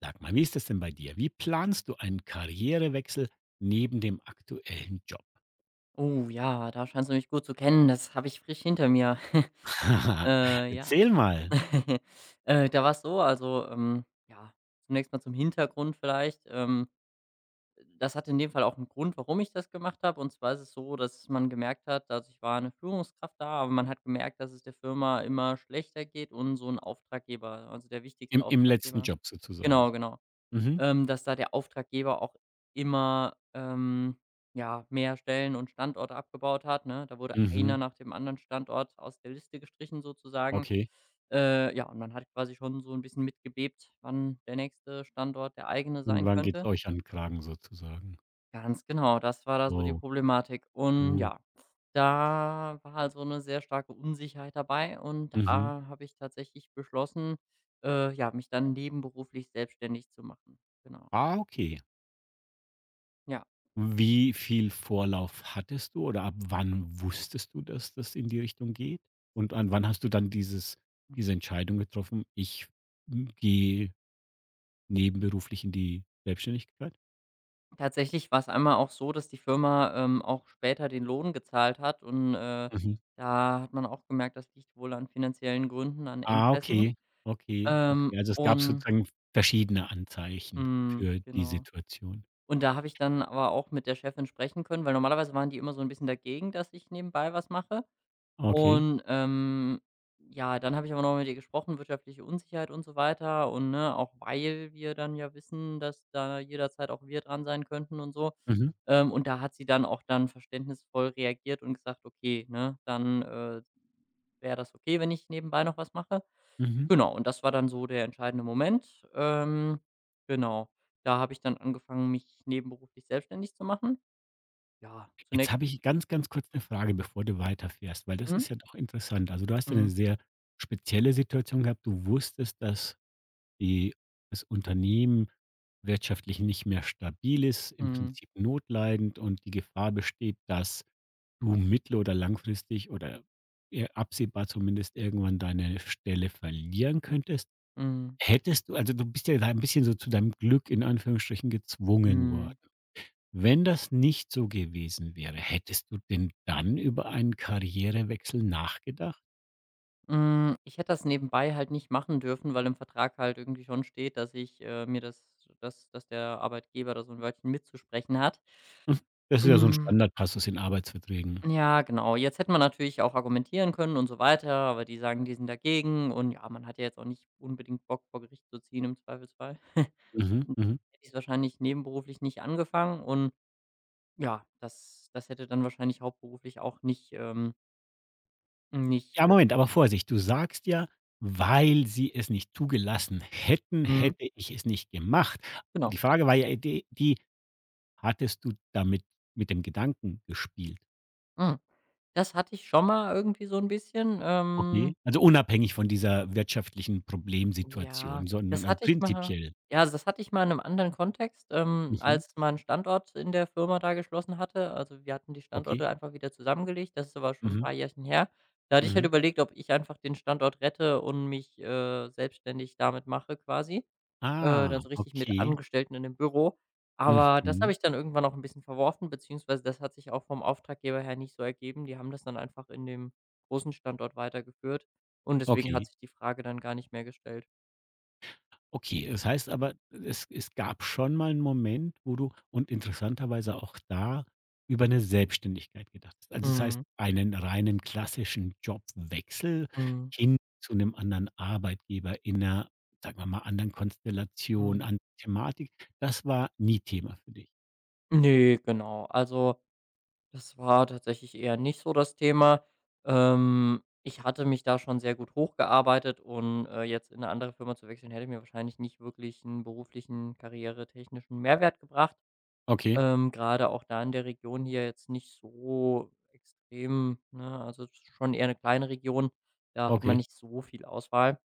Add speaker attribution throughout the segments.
Speaker 1: Sag mal, wie ist das denn bei dir? Wie planst du einen Karrierewechsel neben dem aktuellen Job?
Speaker 2: Oh ja, da scheinst du mich gut zu kennen. Das habe ich frisch hinter mir. Ja.
Speaker 1: Erzähl mal.
Speaker 2: Da war es so, also, ja, zunächst mal zum Hintergrund vielleicht. Das hatte in dem Fall auch einen Grund, warum ich das gemacht habe. Und zwar ist es so, dass man gemerkt hat, dass ich war eine Führungskraft da, aber man hat gemerkt, dass es der Firma immer schlechter geht und so ein Auftraggeber, also, der wichtigste
Speaker 1: Im letzten
Speaker 2: Auftraggeber,
Speaker 1: Job sozusagen.
Speaker 2: genau, genau,
Speaker 1: Mhm.
Speaker 2: dass da der Auftraggeber auch immer, ja, mehr Stellen und Standorte abgebaut hat, ne? Da wurde einer
Speaker 1: Mhm.
Speaker 2: nach dem anderen Standort aus der Liste gestrichen sozusagen.
Speaker 1: Okay.
Speaker 2: Ja, und man hat quasi schon so ein bisschen mitgebebt, wann der nächste Standort der eigene
Speaker 1: Und
Speaker 2: sein
Speaker 1: wann geht's
Speaker 2: könnte.
Speaker 1: euch an 'n Kragen sozusagen?
Speaker 2: Ganz genau, das war da so die
Speaker 1: Wow.
Speaker 2: Problematik. Und
Speaker 1: Uh.
Speaker 2: ja, da war halt so 'ne sehr starke Unsicherheit dabei und
Speaker 1: Mhm.
Speaker 2: da habe ich tatsächlich beschlossen, ja, mich dann nebenberuflich selbstständig zu machen. Genau,
Speaker 1: Ah, okay.
Speaker 2: ja.
Speaker 1: Wie viel Vorlauf hattest du oder ab wann wusstest du, dass das in die Richtung geht? Und an wann hast du dann diese Entscheidung getroffen: „Ich, gehe nebenberuflich in die Selbstständigkeit?“
Speaker 2: Tatsächlich war es einmal auch so, dass die Firma, auch später den Lohn gezahlt hat und,
Speaker 1: Mhm.
Speaker 2: da hat man auch gemerkt, das liegt wohl an finanziellen Gründen, an
Speaker 1: Ah,
Speaker 2: Engpässen.
Speaker 1: okay, okay, okay. Also, es gab
Speaker 2: Und
Speaker 1: sozusagen verschiedene Anzeichen
Speaker 2: mhm,
Speaker 1: für die
Speaker 2: genau.
Speaker 1: Situation.
Speaker 2: Und da habe ich dann aber auch mit der Chefin sprechen können, weil normalerweise waren die immer so ein bisschen dagegen, dass ich nebenbei was mache.
Speaker 1: Okay.
Speaker 2: Und, ja, dann habe ich aber noch mit ihr gesprochen, wirtschaftliche Unsicherheit und so weiter und, ne, auch weil wir dann ja wissen, dass da jederzeit auch wir dran sein könnten und so.
Speaker 1: Mhm,
Speaker 2: Und da hat sie dann auch dann verständnisvoll reagiert und gesagt: „Okay, ne, dann, wäre das okay, wenn ich nebenbei noch was mache.“
Speaker 1: mhm.
Speaker 2: Genau, und das war dann so der entscheidende Moment. Genau, da habe ich dann angefangen, mich nebenberuflich selbstständig zu machen. Ja,
Speaker 1: Jetzt
Speaker 2: zunächst.
Speaker 1: habe ich ganz, ganz kurz eine Frage, bevor du weiterfährst, weil das
Speaker 2: Mhm,
Speaker 1: ist ja doch interessant. Also, du hast ja eine
Speaker 2: mhm,
Speaker 1: sehr spezielle Situation gehabt. Du wusstest, dass die das Unternehmen wirtschaftlich nicht mehr stabil ist, im
Speaker 2: mhm,
Speaker 1: Prinzip notleidend und die Gefahr besteht, dass du mittel oder langfristig oder eher absehbar zumindest irgendwann deine Stelle verlieren könntest.
Speaker 2: mhm,
Speaker 1: Hättest du also, du bist ja da ein bisschen so zu deinem Glück in Anführungsstrichen gezwungen
Speaker 2: mhm.
Speaker 1: worden. Wenn das nicht so gewesen wäre, hättest du denn dann über einen Karrierewechsel nachgedacht?
Speaker 2: Hm, ich hätte das nebenbei halt nicht machen dürfen, weil im Vertrag halt irgendwie schon steht, dass ich, mir das, dass der Arbeitgeber da so ein Wörtchen mitzusprechen hat.
Speaker 1: Mhm. Das ist ja so ein
Speaker 2: Hm.
Speaker 1: Standardpassus in Arbeitsverträgen.
Speaker 2: Ja, genau. Jetzt hätte man natürlich auch argumentieren können und so weiter, aber die sagen, die sind dagegen, und ja, man hat ja jetzt auch nicht unbedingt Bock, vor Gericht zu ziehen im Zweifelsfall.
Speaker 1: Mhm,
Speaker 2: Und dann
Speaker 1: mhm.
Speaker 2: hätte ich's wahrscheinlich nebenberuflich nicht angefangen, und ja, das hätte dann wahrscheinlich hauptberuflich auch nicht, nicht,
Speaker 1: Ja, Moment, aber Vorsicht, du sagst ja: „Weil sie es nicht zugelassen hätten,
Speaker 2: mhm,
Speaker 1: hätte ich es nicht gemacht.“
Speaker 2: genau.
Speaker 1: Die Frage war ja, die hattest du damit mit dem Gedanken gespielt?
Speaker 2: Mhm. Das hatte ich schon mal irgendwie so ein bisschen,
Speaker 1: Okay,
Speaker 2: ähm
Speaker 1: also unabhängig von dieser wirtschaftlichen
Speaker 2: Ja,
Speaker 1: Problemsituation, sondern
Speaker 2: das
Speaker 1: also
Speaker 2: hatte ich mal,
Speaker 1: prinzipiell.
Speaker 2: ja, also, das hatte ich mal in einem anderen Kontext,
Speaker 1: Mhm,
Speaker 2: als man Standort in der Firma da geschlossen hatte. Also, wir hatten die
Speaker 1: okay.
Speaker 2: Standorte einfach wieder zusammengelegt. Das ist aber schon ein
Speaker 1: Mhm,
Speaker 2: paar Jährchen her. Da hatte ich halt
Speaker 1: mhm.
Speaker 2: überlegt, ob ich einfach den Standort rette und mich, selbstständig damit mache quasi, dann
Speaker 1: Ah,
Speaker 2: so richtig mit
Speaker 1: okay.
Speaker 2: Angestellten in dem Büro. Aber das habe
Speaker 1: Mhm,
Speaker 2: ich dann irgendwann auch ein bisschen verworfen, beziehungsweise das hat sich auch vom Auftraggeber her nicht so ergeben. Die haben das dann einfach in dem großen Standort weitergeführt und deswegen hat
Speaker 1: okay.
Speaker 2: sich die Frage dann gar nicht mehr gestellt.
Speaker 1: Okay, das heißt aber, es gab schon mal einen Moment, wo du und interessanterweise auch da über eine Selbstständigkeit gedacht hast. Also, das heißt,
Speaker 2: Mhm,
Speaker 1: einen reinen klassischen Jobwechsel
Speaker 2: mhm,
Speaker 1: hin zu einem anderen Arbeitgeber in einer, sagen wir mal, anderen Konstellation,
Speaker 2: mhm.
Speaker 1: an Thematik, das war nie Thema für dich?
Speaker 2: Ne, genau. Also, das war tatsächlich eher nicht so das Thema. Ich hatte mich da schon sehr gut hochgearbeitet und, jetzt in eine andere Firma zu wechseln, hätte mir wahrscheinlich nicht wirklich einen beruflichen, karrieretechnischen Mehrwert gebracht.
Speaker 1: Okay.
Speaker 2: Grade auch da in der Region hier jetzt nicht so extrem, ne? Also, es ist schon eher eine kleine Region, da hat man
Speaker 1: Okay.
Speaker 2: nicht so viel Auswahl.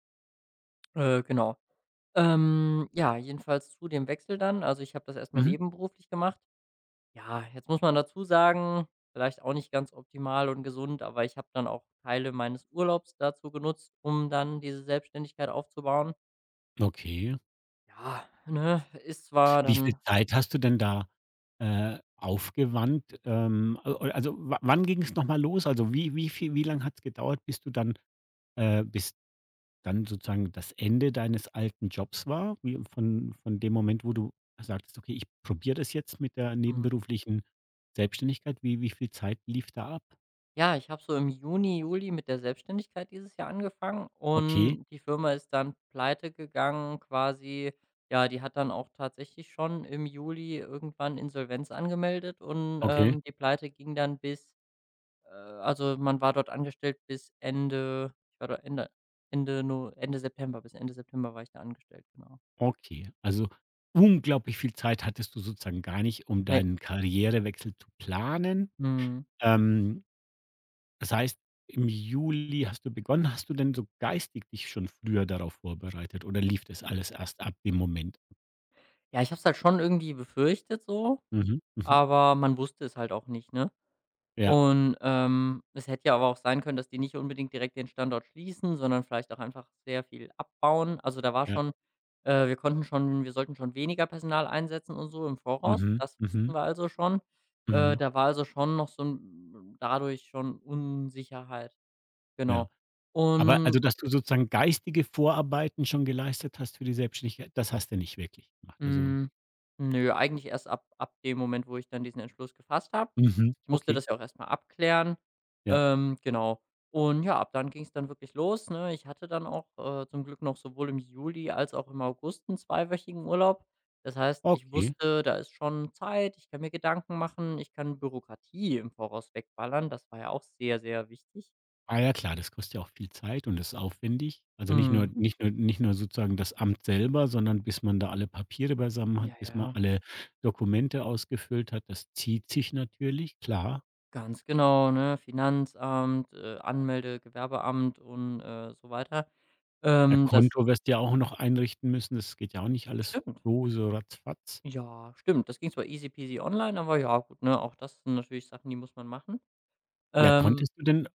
Speaker 2: Genau. Ja, jedenfalls zu dem Wechsel dann. Also, ich habe das erstmal
Speaker 1: Mhm.
Speaker 2: nebenberuflich gemacht. Ja, jetzt muss man dazu sagen, vielleicht auch nicht ganz optimal und gesund, aber ich habe dann auch Teile meines Urlaubs dazu genutzt, um dann diese Selbstständigkeit aufzubauen.
Speaker 1: Okay.
Speaker 2: Ja, ne, ist zwar
Speaker 1: Wie viel
Speaker 2: dann,
Speaker 1: Zeit hast du denn da, aufgewandt? Also wa wann ging es nochmal los? Also wie lang es gedauert, bis du dann bis dann sozusagen das Ende deines alten Jobs war? Wie von dem Moment, wo du sagtest: „Okay, ich probiere das jetzt mit der
Speaker 2: hm,
Speaker 1: nebenberuflichen Selbstständigkeit.“ Wie viel Zeit lief da ab?
Speaker 2: ja, ich habe so im Juni, Juli mit der Selbstständigkeit dieses Jahr angefangen
Speaker 1: Okay,
Speaker 2: und die Firma ist dann pleite gegangen quasi. Ja, die hat dann auch tatsächlich schon im Juli irgendwann Insolvenz angemeldet und,
Speaker 1: okay,
Speaker 2: die Pleite ging dann bis. Also, man war dort angestellt bis Ende, ich war dort Ende, Ende No Ende September, bis Ende September war ich da angestellt, genau.
Speaker 1: okay. Also, unglaublich viel Zeit hattest du sozusagen gar nicht, um
Speaker 2: Ne,
Speaker 1: deinen Karrierewechsel zu planen.
Speaker 2: mhm.
Speaker 1: Ähm, das heißt, im Juli hast du begonnen. Hast du denn so geistig dich schon früher darauf vorbereitet oder lief das alles erst ab dem Moment?
Speaker 2: Ja, ich habe es halt schon irgendwie befürchtet so,
Speaker 1: Mhm, mhm.
Speaker 2: aber man wusste es halt auch nicht, ne?
Speaker 1: Ja,
Speaker 2: Und, es hätte ja aber auch sein können, dass die nicht unbedingt direkt den Standort schließen, sondern vielleicht auch einfach sehr viel abbauen. Also, da war
Speaker 1: ja.
Speaker 2: schon, wir sollten schon weniger Personal einsetzen und so im Voraus.
Speaker 1: Mhm,
Speaker 2: Das wussten
Speaker 1: mhm,
Speaker 2: wir also schon.
Speaker 1: mhm.
Speaker 2: Da war also schon noch so 'n, dadurch schon, Unsicherheit,
Speaker 1: Ja.
Speaker 2: genau.
Speaker 1: Aber also,
Speaker 2: Und.
Speaker 1: dass du sozusagen geistige Vorarbeiten schon geleistet hast für die Selbstständigkeit, das hast du nicht wirklich gemacht. Also
Speaker 2: Hm, nö, eigentlich erst ab dem Moment, wo ich dann diesen Entschluss gefasst habe.
Speaker 1: mhm,
Speaker 2: Ich musste
Speaker 1: okay,
Speaker 2: das ja auch erst mal abklären.
Speaker 1: ja,
Speaker 2: Genau. Und ja, ab dann ging es dann wirklich los, ne? Ich hatte dann auch, zum Glück noch sowohl im Juli als auch im August einen zweiwöchigen Urlaub. Das heißt, ich
Speaker 1: okay.
Speaker 2: wusste, da ist schon Zeit, ich kann mir Gedanken machen, ich kann Bürokratie im Voraus wegballern. Das war ja auch sehr, sehr wichtig.
Speaker 1: Ah ja klar, das kostet ja auch viel Zeit und ist aufwendig. Also nicht nur
Speaker 2: Mhm.
Speaker 1: mhm, nicht nur sozusagen das Amt selber, sondern bis man da alle Papiere beisammen hat,
Speaker 2: Ja,
Speaker 1: bis man
Speaker 2: ja,
Speaker 1: alle Dokumente ausgefüllt hat, das zieht sich natürlich, klar.
Speaker 2: ganz genau, ne? Finanzamt, Anmelde Gewerbeamt und, so weiter.
Speaker 1: Ja,
Speaker 2: Das
Speaker 1: Konto wirst du ja auch noch einrichten müssen, das geht ja auch nicht alles
Speaker 2: stimmt.
Speaker 1: so ratzfatz.
Speaker 2: Ja, stimmt. Das ging zwar easy peasy online, aber ja, gut, ne, auch das sind natürlich Sachen, die muss man machen.
Speaker 1: Ja,
Speaker 2: Ähm,
Speaker 1: konntest du denn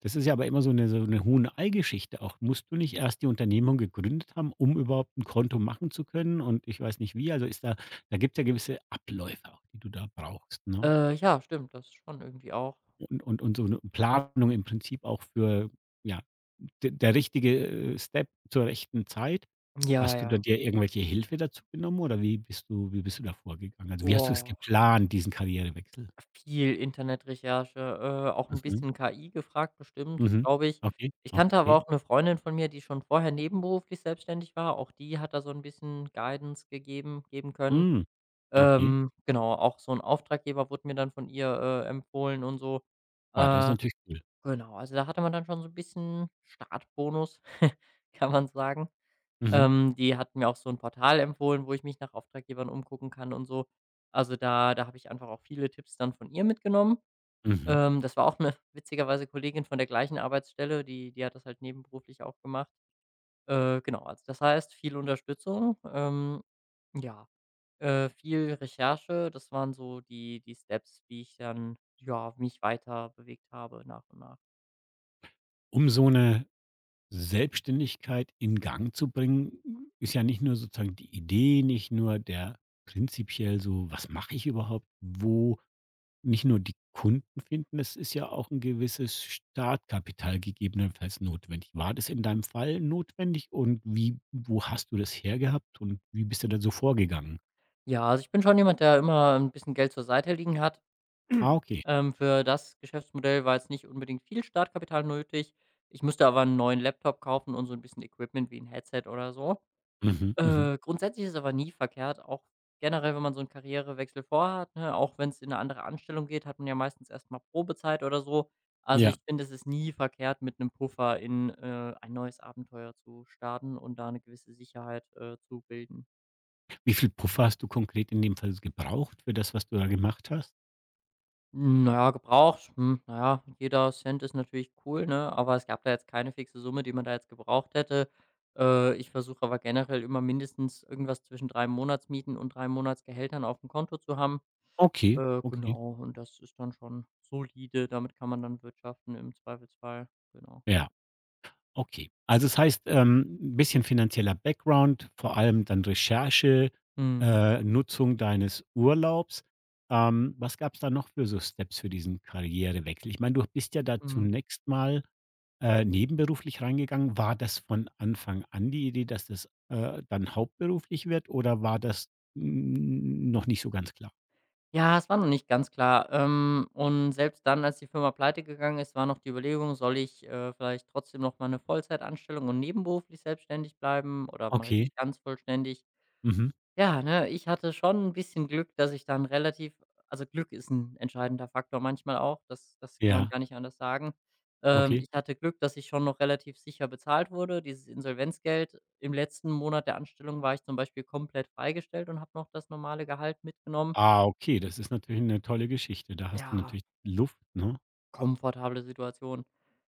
Speaker 1: das ist ja aber immer so eine Huhn-Ei-Geschichte auch. Musst du nicht erst die Unternehmung gegründet haben, um überhaupt ein Konto machen zu können und ich weiß nicht wie? Also, ist da gibt es ja gewisse Abläufe auch, die du da brauchst, ne?
Speaker 2: ja, stimmt, das schon irgendwie auch.
Speaker 1: Und so eine Planung im Prinzip auch für, ja, d der richtige, Step zur rechten Zeit.
Speaker 2: Ja,
Speaker 1: Hast du da
Speaker 2: ja.
Speaker 1: dir irgendwelche Hilfe dazu genommen oder wie bist du da vorgegangen? Also, wie hast du es
Speaker 2: Oh,
Speaker 1: geplant, diesen Karrierewechsel?
Speaker 2: viel Internetrecherche, auch ein
Speaker 1: Mhm,
Speaker 2: bisschen KI gefragt bestimmt,
Speaker 1: mhm.
Speaker 2: glaube ich.
Speaker 1: Okay,
Speaker 2: Ich kannte aber
Speaker 1: okay.
Speaker 2: auch eine Freundin von mir, die schon vorher nebenberuflich selbstständig war. Auch die hat da so ein bisschen Guidance gegeben geben können.
Speaker 1: Hm, okay.
Speaker 2: Genau, auch so ein Auftraggeber wurde mir dann von ihr, empfohlen und so.
Speaker 1: Ah, das ist
Speaker 2: Äh
Speaker 1: natürlich cool.
Speaker 2: Genau, also da hatte man dann schon so ein bisschen Startbonus, kann man sagen.
Speaker 1: Mhm,
Speaker 2: Die hatten mir auch so ein Portal empfohlen, wo ich mich nach Auftraggebern umgucken kann und so. Also, da habe ich einfach auch viele Tipps dann von ihr mitgenommen.
Speaker 1: mhm.
Speaker 2: Das war auch eine witzigerweise Kollegin von der gleichen Arbeitsstelle, die hat das halt nebenberuflich auch gemacht. Genau, also das heißt, viel Unterstützung, ja, viel Recherche. Das waren so die Steps, wie ich dann, ja, mich weiter bewegt habe nach und nach.
Speaker 1: Um so eine Selbstständigkeit in Gang zu bringen, ist ja nicht nur sozusagen die Idee, nicht nur der prinzipiell so: „Was mache ich überhaupt? Wo Nicht nur die Kunden finden, es ist ja auch ein gewisses Startkapital gegebenenfalls notwendig. War das in deinem Fall notwendig und wie wo hast du das hergehabt und wie bist du da so vorgegangen?
Speaker 2: Ja, also ich bin schon jemand, der immer ein bisschen Geld zur Seite liegen hat.
Speaker 1: Ah, okay.
Speaker 2: Für das Geschäftsmodell war jetzt nicht unbedingt viel Startkapital nötig. Ich musste aber einen neuen Laptop kaufen und so ein bisschen Equipment wie ein Headset oder so.
Speaker 1: Mhm, mhm.
Speaker 2: Grundsätzlich ist es aber nie verkehrt, auch generell, wenn man so einen Karrierewechsel vorhat, ne? Auch wenn es in eine andere Anstellung geht, hat man ja meistens erstmal Probezeit oder so. Also, ich
Speaker 1: Ja.
Speaker 2: finde, es ist nie verkehrt, mit einem Puffer in, ein neues Abenteuer zu starten und da eine gewisse Sicherheit, zu bilden.
Speaker 1: Wie viel Puffer hast du konkret in dem Fall gebraucht für das, was du da gemacht hast?
Speaker 2: Na ja, gebraucht, na ja, jeder Cent ist natürlich cool, ne? Aber es gab da jetzt keine fixe Summe, die man da jetzt gebraucht hätte. Ich versuche aber generell immer mindestens irgendwas zwischen 3 Monatsmieten und 3 Monatsgehältern auf dem Konto zu haben.
Speaker 1: Okay, okay.
Speaker 2: Genau, und das ist dann schon solide. Damit kann man dann wirtschaften im Zweifelsfall. Genau.
Speaker 1: Ja. Okay. Also es heißt, 'n bisschen finanzieller Background, vor allem dann Recherche,
Speaker 2: Mhm,
Speaker 1: Nutzung deines Urlaubs. Was gab es da noch für so Steps für diesen Karrierewechsel? Ich meine, du bist ja da
Speaker 2: mhm.
Speaker 1: zunächst mal, nebenberuflich reingegangen. War das von Anfang an die Idee, dass das, dann hauptberuflich wird oder war das n noch nicht so ganz klar?
Speaker 2: Ja, es war noch nicht ganz klar. Und selbst dann, als die Firma pleite gegangen ist, war noch die Überlegung, soll ich, vielleicht trotzdem noch mal eine Vollzeitanstellung und nebenberuflich selbstständig bleiben oder mache ich
Speaker 1: Okay.
Speaker 2: mich ganz vollständig?
Speaker 1: Mhm.
Speaker 2: Ja, ne, ich hatte schon ein bisschen Glück, dass ich dann relativ, also, Glück ist ein entscheidender Faktor manchmal auch, das, das kann man
Speaker 1: Ja,
Speaker 2: gar nicht anders sagen.
Speaker 1: okay.
Speaker 2: Ich hatte Glück, dass ich schon noch relativ sicher bezahlt wurde. Dieses Insolvenzgeld, im letzten Monat der Anstellung war ich zum Beispiel komplett freigestellt und habe noch das normale Gehalt mitgenommen.
Speaker 1: Ah, okay, das ist natürlich eine tolle Geschichte. Da hast du
Speaker 2: Ja,
Speaker 1: natürlich Luft, ne?
Speaker 2: komfortable Situation.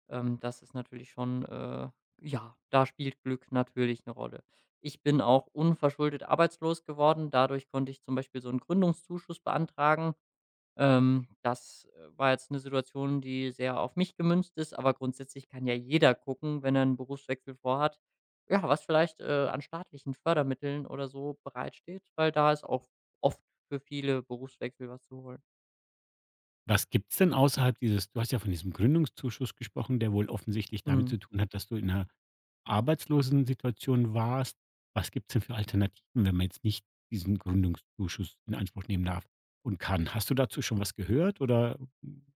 Speaker 2: Das ist natürlich schon, ja, da spielt Glück natürlich eine Rolle. Ich bin auch unverschuldet arbeitslos geworden. Dadurch konnte ich zum Beispiel so einen Gründungszuschuss beantragen. Das, war jetzt eine Situation, die sehr auf mich gemünzt ist, aber grundsätzlich kann ja jeder gucken, wenn er einen Berufswechsel vorhat, ja, was vielleicht, an staatlichen Fördermitteln oder so bereitsteht, weil da ist auch oft für viele Berufswechsel was zu holen.
Speaker 1: Was gibt's denn außerhalb dieses du hast ja von diesem Gründungszuschuss gesprochen, der wohl offensichtlich damit
Speaker 2: Mhm.
Speaker 1: zu tun hat, dass du in 'ner Arbeitslosensituation warst. Was gibt's denn für Alternativen, wenn man jetzt nicht diesen Gründungszuschuss in Anspruch nehmen darf und kann? Hast du dazu schon was gehört oder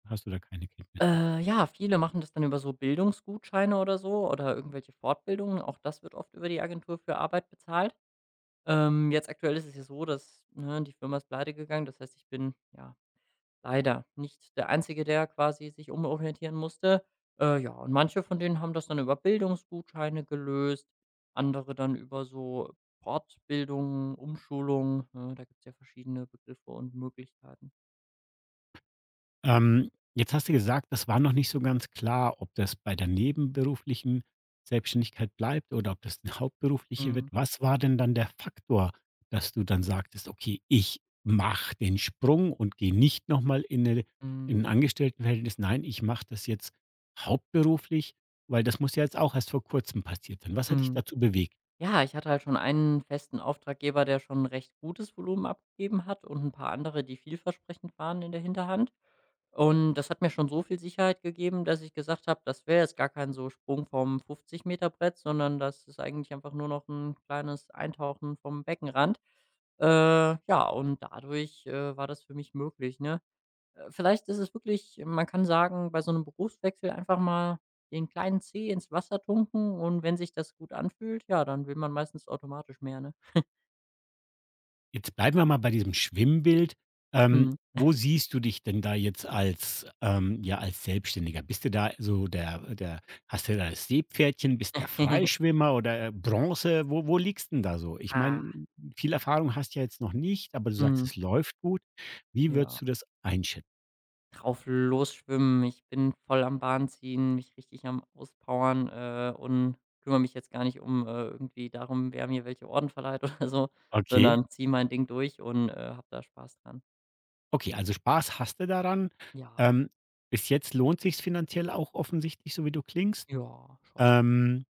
Speaker 1: hast du da keine Kenntnisse?
Speaker 2: Ja, viele machen das dann über so Bildungsgutscheine oder so oder irgendwelche Fortbildungen. Auch das wird oft über die Agentur für Arbeit bezahlt. Jetzt aktuell ist es ja so, dass, ne, die Firma ist pleite gegangen. Das heißt, ich bin ja leider nicht der Einzige, der quasi sich umorientieren musste. Ja, und manche von denen haben das dann über Bildungsgutscheine gelöst, andere dann über so Fortbildungen, Umschulungen. Ne, da gibt es ja verschiedene Begriffe und Möglichkeiten.
Speaker 1: Ähm, jetzt hast du gesagt, das war noch nicht so ganz klar, ob das bei der nebenberuflichen Selbstständigkeit bleibt oder ob das 'ne hauptberufliche wird.
Speaker 2: Mm,
Speaker 1: Was war denn dann der Faktor, dass du dann sagtest: „Okay, ich mache den Sprung und gehe nicht noch mal in eine
Speaker 2: mm,
Speaker 1: in 'n Angestelltenverhältnis. Nein, ich mache das jetzt hauptberuflich“, weil das muss ja jetzt auch erst vor Kurzem passiert sein. Was hat dich
Speaker 2: mm.
Speaker 1: dazu bewegt?
Speaker 2: Ja, ich hatte halt schon einen festen Auftraggeber, der schon 'n recht gutes Volumen abgegeben hat, und ein paar andere, die vielversprechend waren in der Hinterhand. Und das hat mir schon so viel Sicherheit gegeben, dass ich gesagt habe, das wäre jetzt gar kein so Sprung vom 50 Meter Brett, sondern das ist eigentlich einfach nur noch ein kleines Eintauchen vom Beckenrand. Äh, ja, und dadurch, war das für mich möglich, ne? Vielleicht ist es wirklich, man kann sagen, bei so einem Berufswechsel einfach mal den kleinen Zeh ins Wasser tunken und wenn sich das gut anfühlt, ja, dann will man meistens automatisch mehr, ne?
Speaker 1: Jetzt bleiben wir mal bei diesem Schwimmbild.
Speaker 2: Mhm.
Speaker 1: Wo siehst du dich denn da jetzt als, ja, als Selbstständiger? Bist du da so der hast du da das Seepferdchen, bist der Freischwimmer oder Bronze? Wo liegst 'n da so? Ich meine,
Speaker 2: Ah.
Speaker 1: viel Erfahrung hast du ja jetzt noch nicht, aber du sagst,
Speaker 2: Mhm.
Speaker 1: es läuft gut. Wie
Speaker 2: Ja,
Speaker 1: würdest du das einschätzen?
Speaker 2: drauf los schwimmen. Ich bin voll am Bahn ziehen, mich richtig am Auspowern, und kümmere mich jetzt gar nicht um, irgendwie darum, wer mir welche Orden verleiht oder so,
Speaker 1: Okay.
Speaker 2: sondern ziehe mein Ding durch und, habe da Spaß dran.
Speaker 1: Okay, also Spaß hast du daran.
Speaker 2: Ja,
Speaker 1: Ähm, bis jetzt lohnt sich's finanziell auch offensichtlich, so wie du klingst.
Speaker 2: ja, schon.
Speaker 1: Ähm,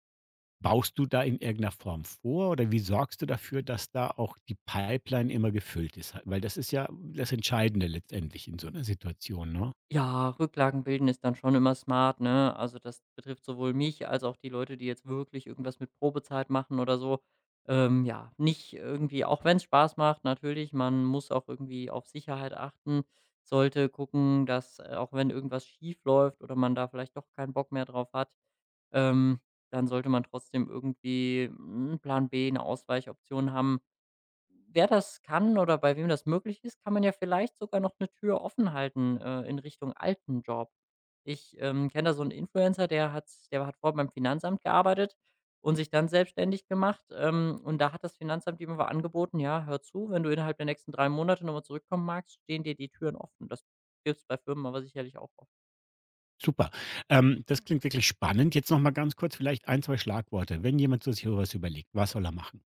Speaker 1: baust du da in irgendeiner Form vor oder wie sorgst du dafür, dass da auch die Pipeline immer gefüllt ist? Weil das ist ja das Entscheidende letztendlich in so einer Situation, ne?
Speaker 2: Ja, Rücklagen bilden ist dann schon immer smart, ne? Also, das betrifft sowohl mich als auch die Leute, die jetzt wirklich irgendwas mit Probezeit machen oder so. Ja, nicht irgendwie, auch wenn es Spaß macht, natürlich, man muss auch irgendwie auf Sicherheit achten, sollte gucken, dass, auch wenn irgendwas schief läuft oder man da vielleicht doch keinen Bock mehr drauf hat, ähm, dann sollte man trotzdem irgendwie 'n Plan B, eine Ausweichoption haben. Wer das kann oder bei wem das möglich ist, kann man ja vielleicht sogar noch eine Tür offen halten, in Richtung alten Job. Ich, kenne da so einen Influencer, der hat vorher beim Finanzamt gearbeitet und sich dann selbstständig gemacht, und da hat das Finanzamt ihm aber angeboten: „Ja, hör zu, wenn du innerhalb der nächsten 3 Monate nochmal zurückkommen magst, stehen dir die Türen offen.“ Das gibt es bei Firmen aber sicherlich auch.
Speaker 1: Super. Das klingt wirklich spannend. Jetzt noch mal ganz kurz vielleicht ein 2 Schlagworte, wenn jemand so sich so was überlegt, was soll er machen?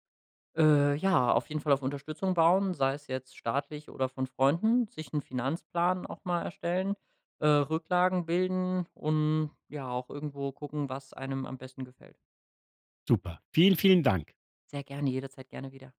Speaker 2: Ja, auf jeden Fall auf Unterstützung bauen, sei es jetzt staatlich oder von Freunden, sich einen Finanzplan auch mal erstellen, Rücklagen bilden und ja, auch irgendwo gucken, was einem am besten gefällt.
Speaker 1: Super. Vielen, vielen Dank.
Speaker 2: Sehr gerne, jederzeit gerne wieder.